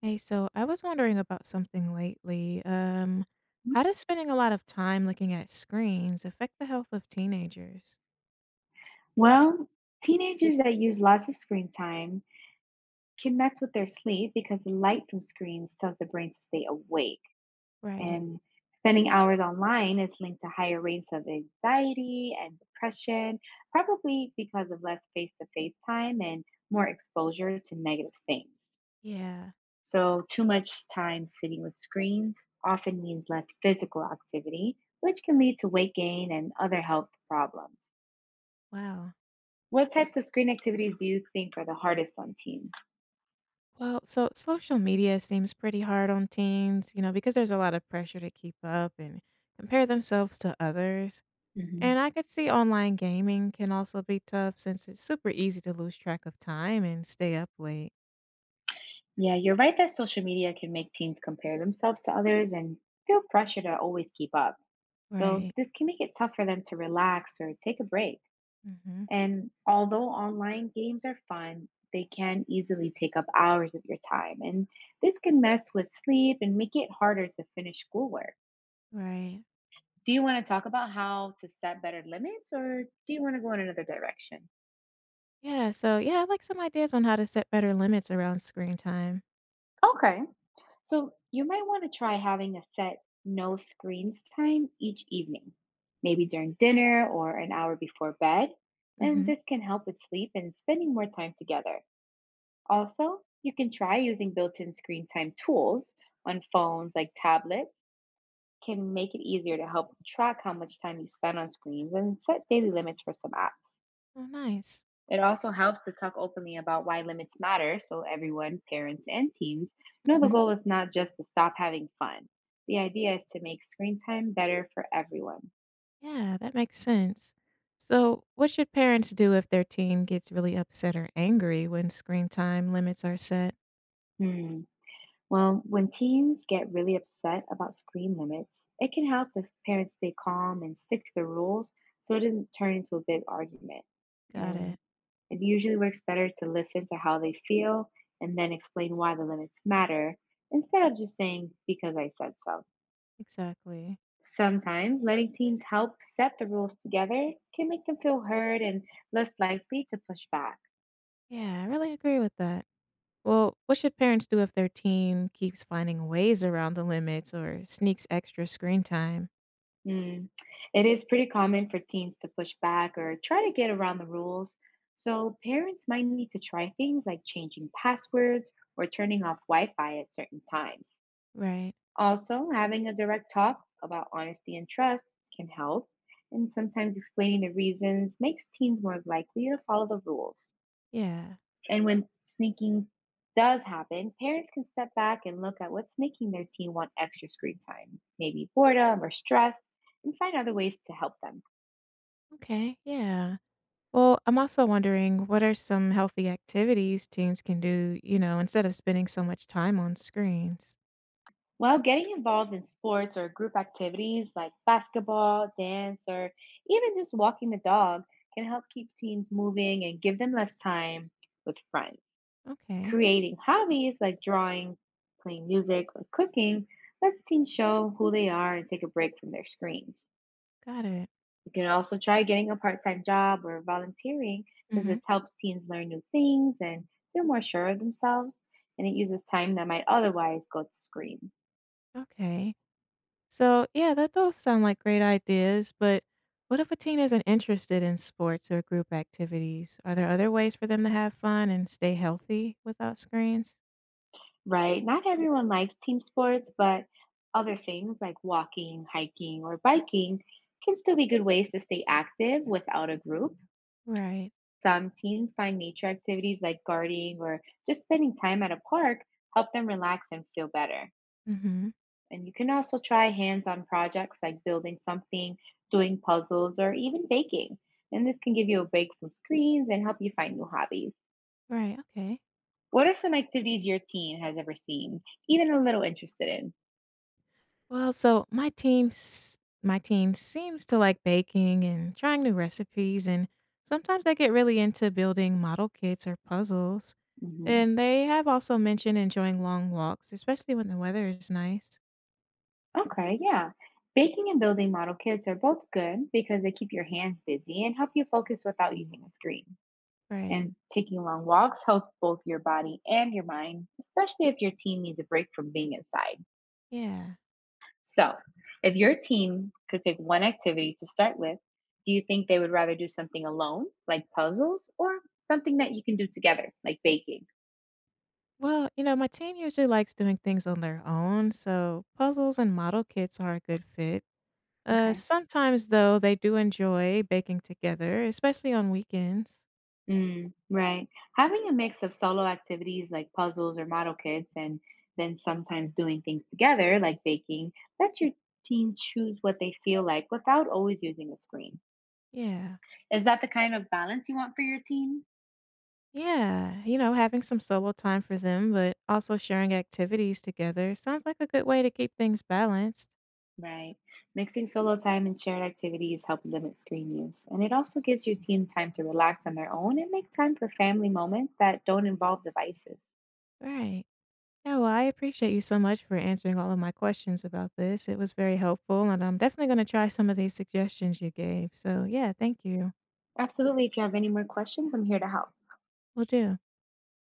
Hey, so I was wondering about something lately. How does spending a lot of time looking at screens affect the health of teenagers? Well, teenagers that use lots of screen time can mess with their sleep because the light from screens tells the brain to stay awake. Right. And spending hours online is linked to higher rates of anxiety and depression, probably because of less face to face time and more exposure to negative things. Yeah. So, too much time sitting with screens often means less physical activity, which can lead to weight gain and other health problems. Wow. What types of screen activities do you think are the hardest on teens? Well, so social media seems pretty hard on teens, you know, because there's a lot of pressure to keep up and compare themselves to others. Mhm. And I could see online gaming can also be tough since it's super easy to lose track of time and stay up late. Yeah, you're right that social media can make teens compare themselves to others and feel pressure to always keep up. So, Right. this can make it tough for them to relax or take a break. Mm-hmm. And although online games are fun, they can easily take up hours of your time. And this can mess with sleep and make it harder to finish schoolwork. Right. Do you want to talk about how to set better limits or do you want to go in another direction? Yeah, I'd like some ideas on how to set better limits around screen time. Okay. So you might want to try having a set no screens time each evening, maybe during dinner or an hour before bed. And Mm-hmm. this can help with sleep and spending more time together. Also, you can try using built in screen time tools on phones like tablets, can make it easier to help track how much time you spend on screens and set daily limits for some apps. Oh, nice. It also helps to talk openly about why limits matter so everyone, parents and teens, know the Hmm. goal is not just to stop having fun. The idea is to make screen time better for everyone. Yeah, that makes sense. So, what should parents do if their teen gets really upset or angry when screen time limits are set? Hmm. Well, when teens get really upset about screen limits, it can help if parents stay calm and stick to the rules so it doesn't turn into a big argument. Got And it. it usually works better to listen to how they feel and then explain why the limits matter instead of just saying, because I said so. Exactly. Sometimes letting teens help set the rules together can make them feel heard and less likely to push back. Yeah, I really agree with that. Well, what should parents do if their teen keeps finding ways around the limits or sneaks extra screen time? Mm. It is pretty common for teens to push back or try to get around the rules, so parents might need to try things like changing passwords or turning off Wi Fi at certain times. Right. Also, having a direct talk about honesty and trust can help, and sometimes explaining the reasons makes teens more likely to follow the rules. Yeah. And when sneaking does happen, parents can step back and look at what's making their teen want extra screen time, maybe boredom or stress, and find other ways to help them. Okay. Yeah. Well, I'm also wondering what are some healthy activities teens can do, you know, instead of spending so much time on screens? While getting involved in sports or group activities like basketball, dance, or even just walking the dog can help keep teens moving and give them less time with friends. Okay, Creating hobbies like drawing, playing music, or cooking lets teens show who they are and take a break from their screens. got it. You can also try getting a part time job or volunteering because Hmm. this helps teens learn new things and feel more sure of themselves. And it uses time that might otherwise go to screens. Okay. So, yeah, that those sound like great ideas, but what if a teen isn't interested in sports or group activities? Are there other ways for them to have fun and stay healthy without screens? Right? Not everyone likes team sports, but other things like walking, hiking, or biking can still be good ways to stay active without a group. Right. Some teens find nature activities like gardening or just spending time at a park help them relax and feel better. Hmm. And you can also try hands on projects like building something, doing puzzles, or even baking. And this can give you a break from screens and help you find new hobbies. Right. Okay. What are some activities your teen has ever seen, even a little interested in? Well, so my team seems to like baking and trying new recipes, and sometimes they get really into building model kits or puzzles. Mhm. And they have also mentioned enjoying long walks, especially when the weather is nice. Okay, yeah. Baking and building model kits are both good because they keep your hands busy and help you focus without using a screen. Right. And taking long walks helps both your body and your mind, especially if your teen needs a break from being inside. Yeah. So, if your team could pick one activity to start with, do you think they would rather do something alone, like puzzles, or something that you can do together, like baking? Well, you know, my team usually likes doing things on their own, so puzzles and model kits are a good fit. Okay. Sometimes though they do enjoy baking together, especially on weekends. Mm, right. Having a mix of solo activities like puzzles or model kits and then sometimes doing things together like baking lets your team choose what they feel like without always using a screen. Yeah. Is that the kind of balance you want for your team? Yeah, you know, having some solo time for them, but also sharing activities together sounds like a good way to keep things balanced. Right. Mixing solo time and shared activities help limit screen use. And it also gives your team time to relax on their own and make time for family moments that don't involve devices. Right. Yeah, well, I appreciate you so much for answering all of my questions about this. It was very helpful, and I'm definitely going to try some of these suggestions you gave. So, yeah, thank you. Absolutely. If you have any more questions, I'm here to help. Will do.